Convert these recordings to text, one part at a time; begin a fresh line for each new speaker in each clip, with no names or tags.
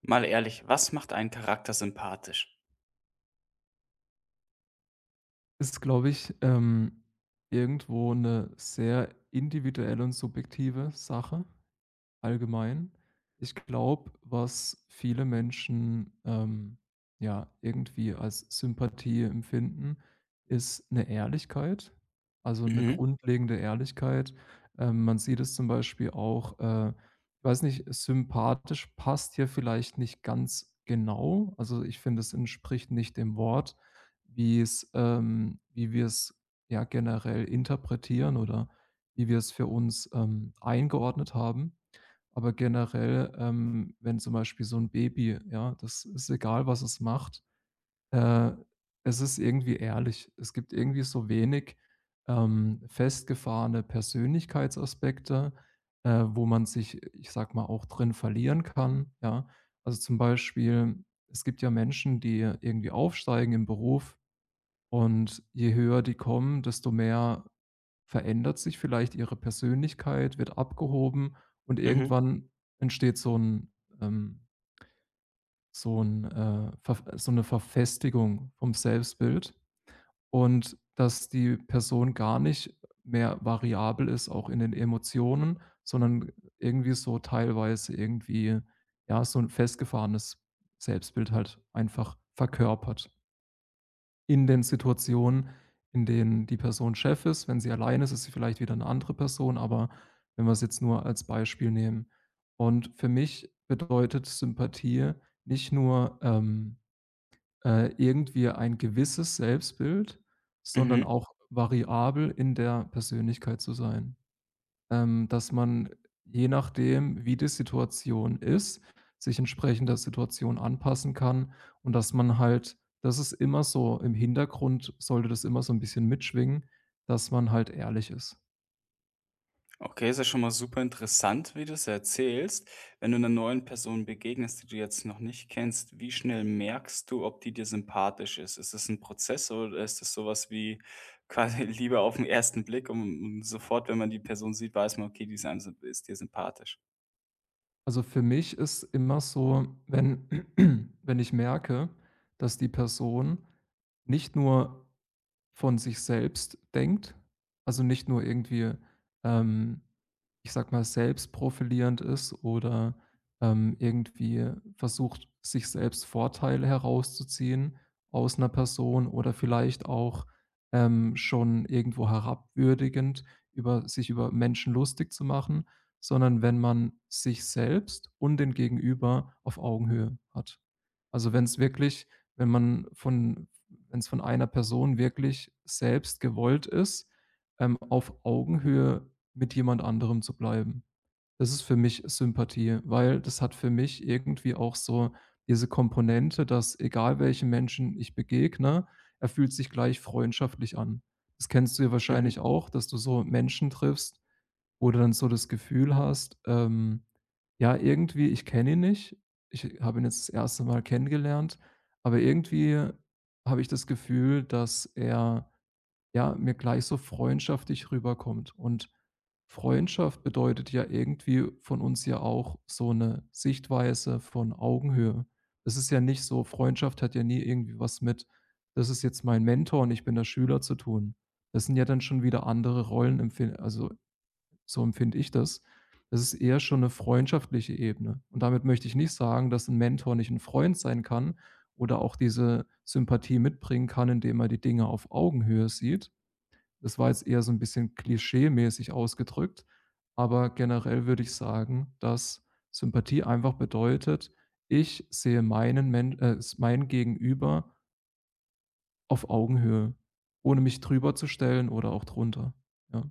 Mal ehrlich, was macht einen Charakter sympathisch?
Ist, glaube ich, irgendwo eine sehr individuelle und subjektive Sache. Allgemein. Ich glaube, was viele Menschen, ja, irgendwie als Sympathie empfinden, ist eine Ehrlichkeit, also eine
Mhm,
grundlegende Ehrlichkeit. Man sieht es zum Beispiel auch, ich weiß nicht, sympathisch passt hier vielleicht nicht ganz genau. Also, ich finde, es entspricht nicht dem Wort, wie es wie wir es, ja, generell interpretieren oder wie wir es für uns, eingeordnet haben. Aber generell, wenn zum Beispiel so ein Baby, ja, das ist egal, was es macht, äh, es ist irgendwie ehrlich. Es gibt irgendwie so wenig, festgefahrene Persönlichkeitsaspekte, wo man sich, ich sag mal, auch drin verlieren kann, ja? Also, zum Beispiel, es gibt ja Menschen, die irgendwie aufsteigen im Beruf und je höher die kommen, desto mehr verändert sich vielleicht ihre Persönlichkeit, wird abgehoben und
mhm,
irgendwann entsteht ähm, so 'n, verf so 'ne Verfestigung vom Selbstbild und dass die Person gar nicht mehr variabel ist, auch in den Emotionen, sondern irgendwie so teilweise irgendwie, ja, so ein festgefahrenes Selbstbild halt einfach verkörpert in den Situationen, in denen die Person Chef ist. Wenn sie allein ist, ist sie vielleicht wieder eine andere Person, aber wenn wir es jetzt nur als Beispiel nehmen. Und für mich bedeutet Sympathie nicht nur, irgendwie ein gewisses Selbstbild, sondern
mhm.
auch variabel in der Persönlichkeit zu sein. Dass man je nachdem, wie die Situation ist, sich entsprechend der Situation anpassen kann und dass man halt das ist immer so im Hintergrund sollte das immer so ein bisschen mitschwingen, dass man halt ehrlich ist.
Okay, ist ja schon mal super interessant, wie du es erzählst. Wenn du einer neuen Person begegnest, die du jetzt noch nicht kennst, wie schnell merkst du, ob die dir sympathisch ist? Ist es ein Prozess oder ist es sowas wie quasi Liebe auf den ersten Blick und sofort, wenn man die Person sieht, weiß man: „Okay, die ist einem symp ist dir sympathisch“?
Also, für mich ist immer so, wenn wenn ich merke, dass die Person nicht nur von sich selbst denkt, also nicht nur irgendwie, ähm, ich sag mal, selbstprofilierend ist oder, irgendwie versucht, sich selbst Vorteile herauszuziehen aus einer Person oder vielleicht auch, schon irgendwo herabwürdigend über Menschen lustig zu machen, sondern wenn man sich selbst und den Gegenüber auf Augenhöhe hat. Also, wenn es wirklich wenn man von wenn es von einer Person wirklich selbst gewollt ist, auf Augenhöhe mit jemand anderem zu bleiben. Das ist für mich Sympathie, weil das hat für mich irgendwie auch so diese Komponente, dass egal welchen Menschen ich begegne, er fühlt sich gleich freundschaftlich an. Das kennst du ja
Mhm.
wahrscheinlich auch, dass du so Menschen triffst, wo du dann so das Gefühl hast, ja, irgendwie, ich kenne ihn nicht. Ich habe ihn jetzt das erste Mal kennengelernt, aber irgendwie habe ich das Gefühl, dass er, ja, mir gleich so freundschaftlich rüberkommt. Und Freundschaft bedeutet ja irgendwie von uns ja auch so eine Sichtweise von Augenhöhe. Es ist ja nicht so Freundschaft hat ja nie irgendwie was mit: „Das ist jetzt mein Mentor und ich bin der Schüler" zu tun. Das sind ja dann schon wieder andere Rollenempfin also so empfinde ich das. Es ist eher schon eine freundschaftliche Ebene. Und damit möchte ich nicht sagen, dass ein Mentor nicht ein Freund sein kann oder auch diese Sympathie mitbringen kann, indem er die Dinge auf Augenhöhe sieht. Das war jetzt eher so ein bisschen klischeemäßig ausgedrückt, aber generell würde ich sagen, dass Sympathie einfach bedeutet, ich sehe mein Gegenüber auf Augenhöhe, ohne mich drüber zu stellen oder auch drunter, ja.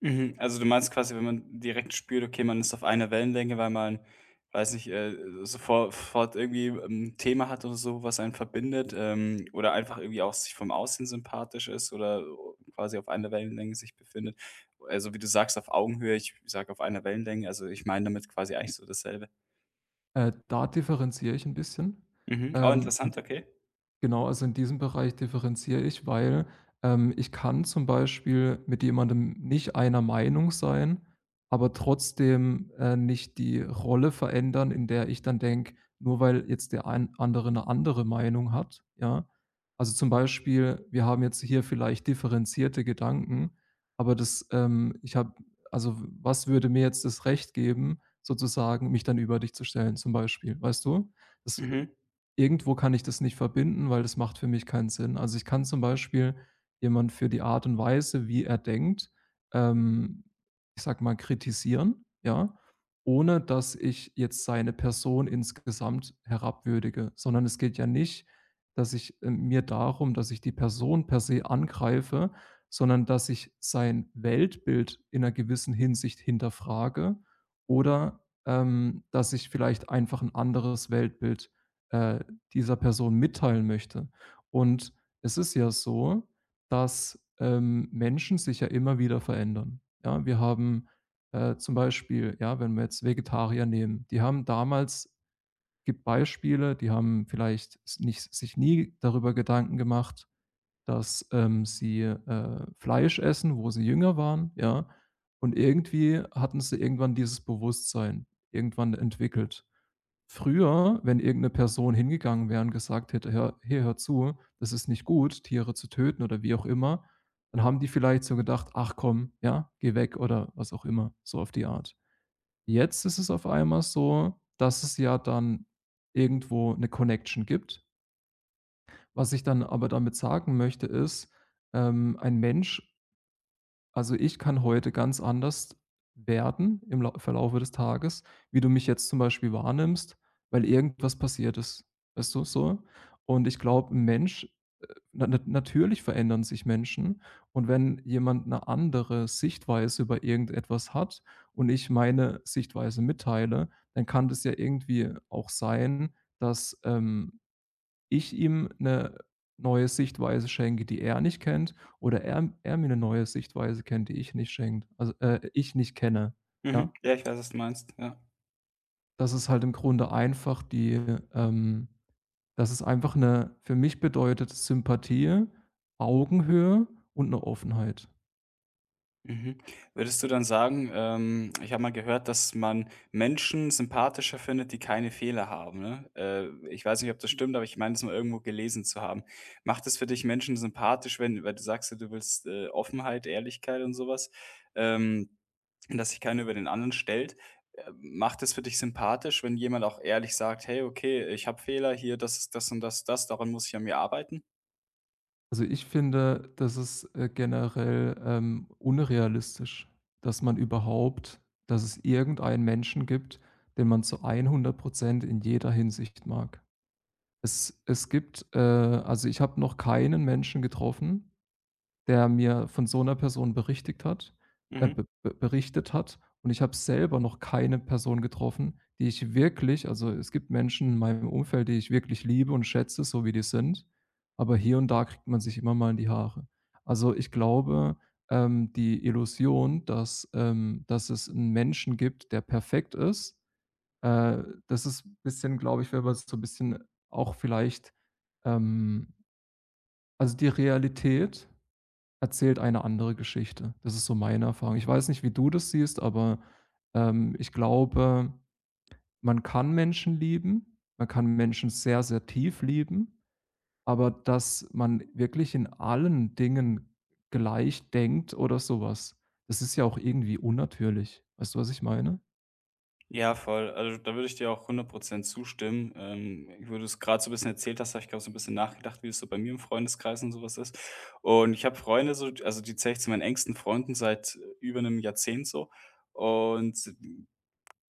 Mhm. Also, du meinst quasi, wenn man direkt spürt, okay, man ist auf einer Wellenlänge, weil man weiß nicht, sofort fort irgendwie ein Thema hat oder so, was einen verbindet, oder einfach irgendwie auch sich vom Aussehen sympathisch ist oder quasi auf einer Wellenlänge sich befindet. Also, wie du sagst, auf Augenhöhe, ich sage auf einer Wellenlänge, also, ich meine damit quasi eigentlich so dasselbe.
Da differenziere ich 'n bisschen.
Mhm. Oh,
Ähm,
interessant, okay.
Genau, also in diesem Bereich differenziere ich, weil, ich kann zum Beispiel mit jemandem nicht einer Meinung sein, aber trotzdem, nicht die Rolle verändern, in der ich dann denke, nur weil jetzt der ein andere eine andere Meinung hat, ja? Also, zum Beispiel, wir haben jetzt hier vielleicht differenzierte Gedanken, aber das, ich habe also, was würde mir jetzt das Recht geben, sozusagen mich dann über dich zu stellen zum Beispiel, weißt du? Das
Mhm,
Irgendwo kann ich das nicht verbinden, weil das macht für mich keinen Sinn. Also, ich kann zum Beispiel jemand für die Art und Weise, wie er denkt, ähm, ich sage mal, kritisieren, ja, ohne dass ich jetzt seine Person insgesamt herabwürdige, sondern es geht ja nicht, dass ich, mir darum, dass ich die Person per se angreife, sondern dass ich sein Weltbild in einer gewissen Hinsicht hinterfrage oder, dass ich vielleicht einfach ein anderes Weltbild, äh dieser Person mitteilen möchte. Und es ist ja so, dass, Menschen sich ja immer wieder verändern. Ja, wir haben, zum Beispiel, ja, wenn wir jetzt Vegetarier nehmen, die haben damals die haben vielleicht s nicht sich nie darüber Gedanken gemacht, dass, sie, Fleisch essen, wo sie jünger waren, ja? Und irgendwie hatten sie irgendwann dieses Bewusstsein irgendwann entwickelt. Früher, wenn irgendeine Person hingegangen wäre und gesagt hätte: „Hör hier, hör zu, das ist nicht gut, Tiere zu töten" oder wie auch immer, dann haben die vielleicht so gedacht: „Ach komm, ja, geh weg" oder was auch immer, so auf die Art. Jetzt ist es auf einmal so, dass es ja dann irgendwo eine Connection gibt. Was ich dann aber damit sagen möchte, ist, ein Mensch also, ich kann heute ganz anders werden im Lau Verlaufe des Tages, wie du mich jetzt zum Beispiel wahrnimmst, weil irgendwas passiert ist, weißt du, so? Und ich glaube, 'n Mensch natürlich verändern sich Menschen und wenn jemand 'ne andere Sichtweise über irgendetwas hat und ich meine Sichtweise mitteile, dann kann das ja irgendwie auch sein, dass, ich ihm eine neue Sichtweise schenke, die er nicht kennt oder er mir eine neue Sichtweise kennt, die ich nicht schenkt also, ich nicht kenne,
mhm.
ja?
Ja, ich weiß, was du meinst, ja.
Das ist halt im Grunde einfach die, ähm dass es einfach eine für mich bedeutet Sympathie, Augenhöhe und eine Offenheit.
Mhm. Würdest du dann sagen, ich habe mal gehört, dass man Menschen sympathischer findet, die keine Fehler haben, ne? Ich weiß nicht, ob das stimmt, aber ich meine das mal irgendwo gelesen zu haben. Macht es für dich Menschen sympathisch, wenn, weil du sagst ja, du willst, Offenheit, Ehrlichkeit und sowas, ähm, dass sich keiner über den anderen stellt. Macht es für dich sympathisch, wenn jemand auch ehrlich sagt: „Hey, okay, ich habe Fehler hier, das ist das und das, das, daran muss ich an mir arbeiten?“
Also, ich finde, das ist, generell, unrealistisch, dass man überhaupt dass es irgendeinen Menschen gibt, den man zu 100 in jeder Hinsicht mag. Es gibt also, ich habe noch keinen Menschen getroffen, der mir von so einer Person berichtigt hat
Mhm.
be be berichtet hat. Und ich habe selber noch keine Person getroffen, die ich wirklich also, es gibt Menschen in meinem Umfeld, die ich wirklich liebe und schätze, so wie die sind, aber hier und da kriegt man sich immer mal in die Haare. Also, ich glaube, die Illusion, dass dass es einen Menschen gibt, der perfekt ist das ist 'n bisschen, glaube ich, wenn man es so 'n bisschen auch vielleicht ähm, also, die Realität erzählt eine andere Geschichte. Das ist so meine Erfahrung. Ich weiß nicht, wie du das siehst, aber, ich glaube, man kann Menschen lieben, man kann Menschen sehr, sehr tief lieben, aber dass man wirklich in allen Dingen gleich denkt oder sowas, das ist ja auch irgendwie unnatürlich. Weißt du, was ich meine?
Ja, voll. Also da würde ich dir auch hundert Prozent zustimmen. Ich würde es gerade, so ein bisschen erzählt hast, habe ich glaube so ein bisschen nachgedacht, wie es so bei mir im Freundeskreis und sowas ist. Und ich habe Freunde so, also die zähle ich zu meinen engsten Freunden seit über einem Jahrzehnt so. Und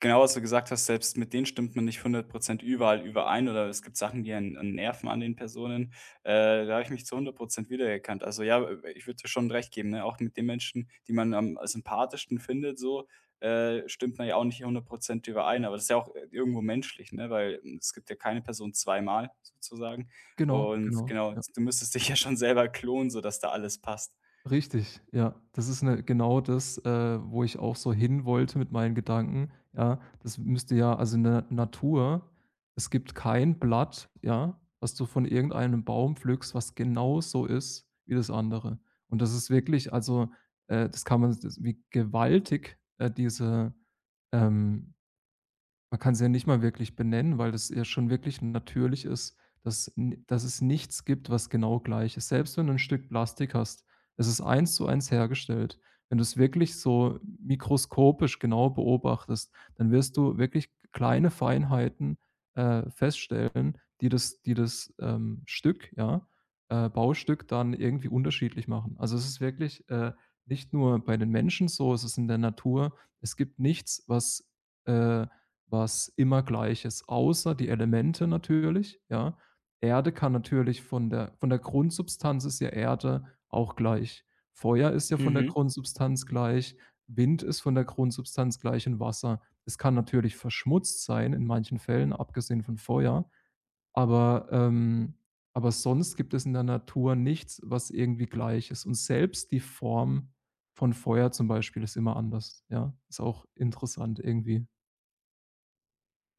genau, was du gesagt hast, selbst mit denen stimmt man nicht 100 überall überein oder es gibt Sachen, die einen nerven an den Personen. Da habe ich mich zu hundert Prozent wiedererkannt. Also ja, ich würde dir schon recht geben, ne? Auch mit den Menschen, die man am sympathischsten findet so, stimmt man ja auch nicht hundert Prozent überein, aber das ist ja auch irgendwo menschlich, ne? Weil es gibt ja keine Person zweimal sozusagen.
Genau,
Und
genau.
genau, du müsstest dich ja schon selber klonen, sodass da alles passt.
Richtig, ja. Das ist 'ne genau das, wo ich auch so hinwollte mit meinen Gedanken, ja. Das müsste ja also in der Natur es gibt kein Blatt, ja, was du von irgendeinem Baum pflückst, was genau so ist wie das andere. Und das ist wirklich also, das kann man s wie gewaltig, diese, ähm man kann's ja nicht mal wirklich benennen, weil das ja schon wirklich natürlich ist, dass n dass es nichts gibt, was genau gleich ist. Selbst wenn du ein Stück Plastik hast, es ist eins zu eins hergestellt. Wenn du es wirklich so mikroskopisch genau beobachtest, dann wirst du wirklich kleine Feinheiten, feststellen, die das, Stück, ja, Baustück dann irgendwie unterschiedlich machen. Also, es ist wirklich, nicht nur bei den Menschen so, es ist in der Natur. Es gibt nichts, was, äh was immer gleich ist, außer die Elemente natürlich, ja. Erde kann natürlich von der Grundsubstanz ist ja Erde auch gleich. Feuer ist ja von der
Mhm.
Grundsubstanz gleich, Wind ist von der Grundsubstanz gleich und Wasser. Es kann natürlich verschmutzt sein in manchen Fällen, abgesehen von Feuer, aber, ähm aber sonst gibt es in der Natur nichts, was irgendwie gleich ist. Und selbst die Form von Feuer zum Beispiel ist immer anders, ja? Ist auch interessant irgendwie.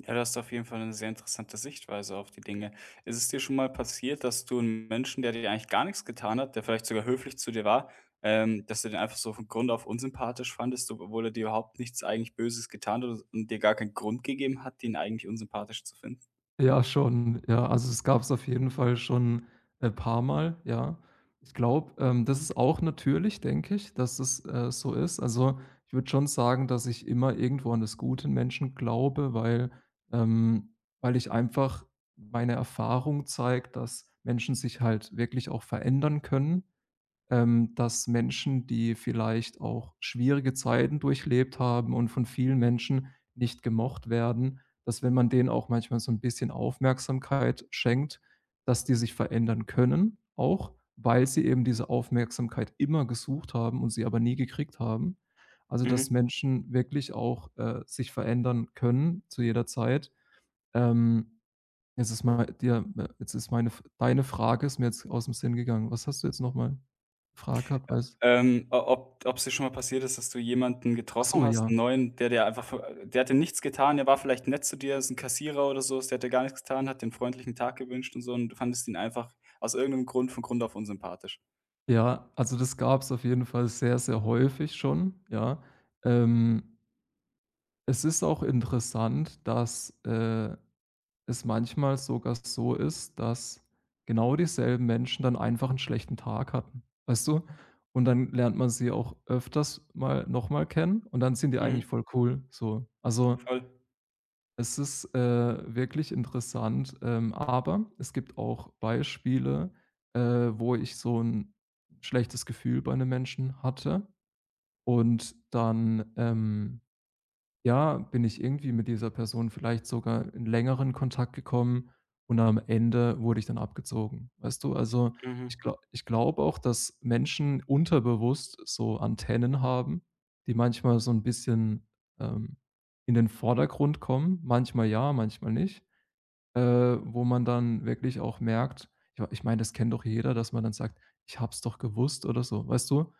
Ja, das ist auf jeden Fall eine sehr interessante Sichtweise auf die Dinge. Ist es dir schon mal passiert, dass du einen Menschen, der dir eigentlich gar nichts getan hat, der vielleicht sogar höflich zu dir war, dass du den einfach so von Grund auf unsympathisch fandest, obwohl er dir überhaupt nichts eigentlich Böses getan hat und dir gar keinen Grund gegeben hat, den eigentlich unsympathisch zu finden?
Ja, schon. Ja, also es gab es auf jeden Fall schon, ein paar Mal, ja. Ich glaube, das ist auch natürlich, denke ich, dass es, so ist. Also, ich würde schon sagen, dass ich immer irgendwo an das Gute in Menschen glaube, weil ähm, weil ich einfach meine Erfahrung zeigt, dass Menschen sich halt wirklich auch verändern können dass Menschen, die vielleicht auch schwierige Zeiten durchlebt haben und von vielen Menschen nicht gemocht werden, dass wenn man denen auch manchmal so ein bisschen Aufmerksamkeit schenkt, dass die sich verändern können auch, weil sie eben diese Aufmerksamkeit immer gesucht haben und sie aber nie gekriegt haben. Also,
Mhm.
dass Menschen wirklich auch, sich verändern können zu jeder Zeit. Ähm Jetzt ist mal dir jetzt ist meine deine Frage ist mir jetzt aus dem Sinn gegangen. Was hast du jetzt nochmal mal gefragt gehabt, weißt
O ob ob es dir schon mal passiert ist, dass du jemanden
ach
getroffen
so,
hast,
ja.
'n neuen, der dir einfach vo der hatte nichts getan, der war vielleicht nett zu dir, ist ein Kassierer oder so, der hat dir gar nichts getan, hat dir 'n freundlichen Tag gewünscht und so und du fandest ihn einfach aus irgendeinem Grund von Grund auf unsympathisch.
Ja, also das gab es auf jeden Fall sehr, sehr häufig schon, ja. Ähm, Es ist auch interessant, dass, es manchmal sogar so ist, dass genau dieselben Menschen dann einfach einen schlechten Tag hatten, weißt du? Und dann lernt man sie auch öfters mal noch mal kennen und dann sind die
Mhm.
eigentlich voll cool, so. Also
Voll.
es ist, wirklich interessant, aber es gibt auch Beispiele, wo ich so ein schlechtes Gefühl bei einem Menschen hatte und dann, ja, bin ich irgendwie mit dieser Person vielleicht sogar in längeren Kontakt gekommen und am Ende wurde ich dann abgezogen. Weißt du, also
Mhm.
ich glaube auch, dass Menschen unterbewusst so Antennen haben, die manchmal so ein bisschen, ähm, in den Vordergrund kommen. Manchmal ja, manchmal nicht. Äh, Wo man dann wirklich auch merkt ich meine, das kennt doch jeder, dass man dann sagt: „Ich hab's doch gewusst" oder so, weißt du?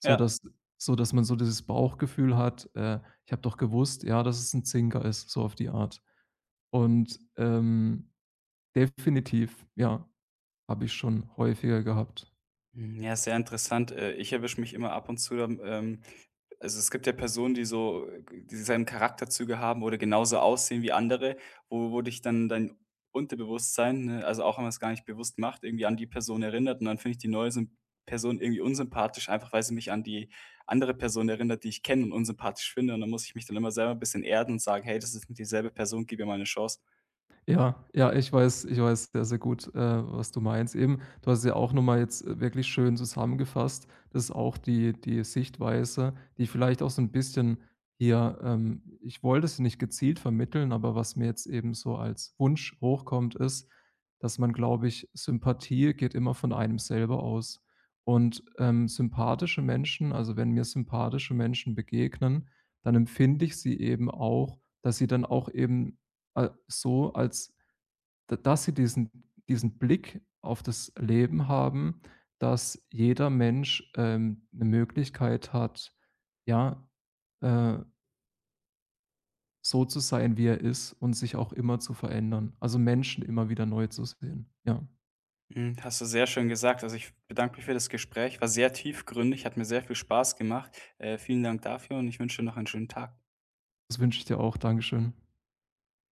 So
Ja.
dass so dass man so dieses Bauchgefühl hat, „Ich habe doch gewusst, ja, dass es ein Zinker ist", so auf die Art. Und, definitiv, ja, habe ich schon häufiger gehabt.
Hm, ja, sehr interessant. Ich erwische mich immer ab und zu dann, also, es gibt ja Personen, die so dieselben Charakterzüge haben oder genauso aussehen wie andere, wo dich dann dein Unterbewusstsein, ne, also auch wenn man es gar nicht bewusst macht, irgendwie an die Person erinnert und dann finde ich die neue Symp Person irgendwie unsympathisch, einfach weil sie mich an die andere Person erinnert, die ich kenne und unsympathisch finde und dann muss ich mich dann immer selber ein bisschen erden und sagen: „Hey, das ist nicht dieselbe Person, gib ihr mal eine Chance.“
Ja, ja, ich weiß sehr, sehr gut, was du meinst. Eben, du hast es ja auch noch mal jetzt, wirklich schön zusammengefasst. Das ist auch die Sichtweise, die vielleicht auch so ein bisschen hier ich wollte es nicht gezielt vermitteln, aber was mir jetzt eben so als Wunsch hochkommt, ist, dass man, glaube ich Sympathie geht immer von einem selber aus. Und, sympathische Menschen also, wenn mir sympathische Menschen begegnen, dann empfinde ich sie eben auch dass sie dann auch eben so, als d dass sie diesen Blick auf das Leben haben, dass jeder Mensch, 'ne Möglichkeit hat, ja, äh, so zu sein, wie er ist und sich auch immer zu verändern. Also, Menschen immer wieder neu zu sehen. Ja,
Mhm, hast du sehr schön gesagt. Also, ich bedanke mich für das Gespräch. War sehr tiefgründig, hat mir sehr viel Spaß gemacht. Vielen Dank dafür und ich wünsche dir noch einen schönen Tag.
das wünsche ich dir auch. Dankeschön.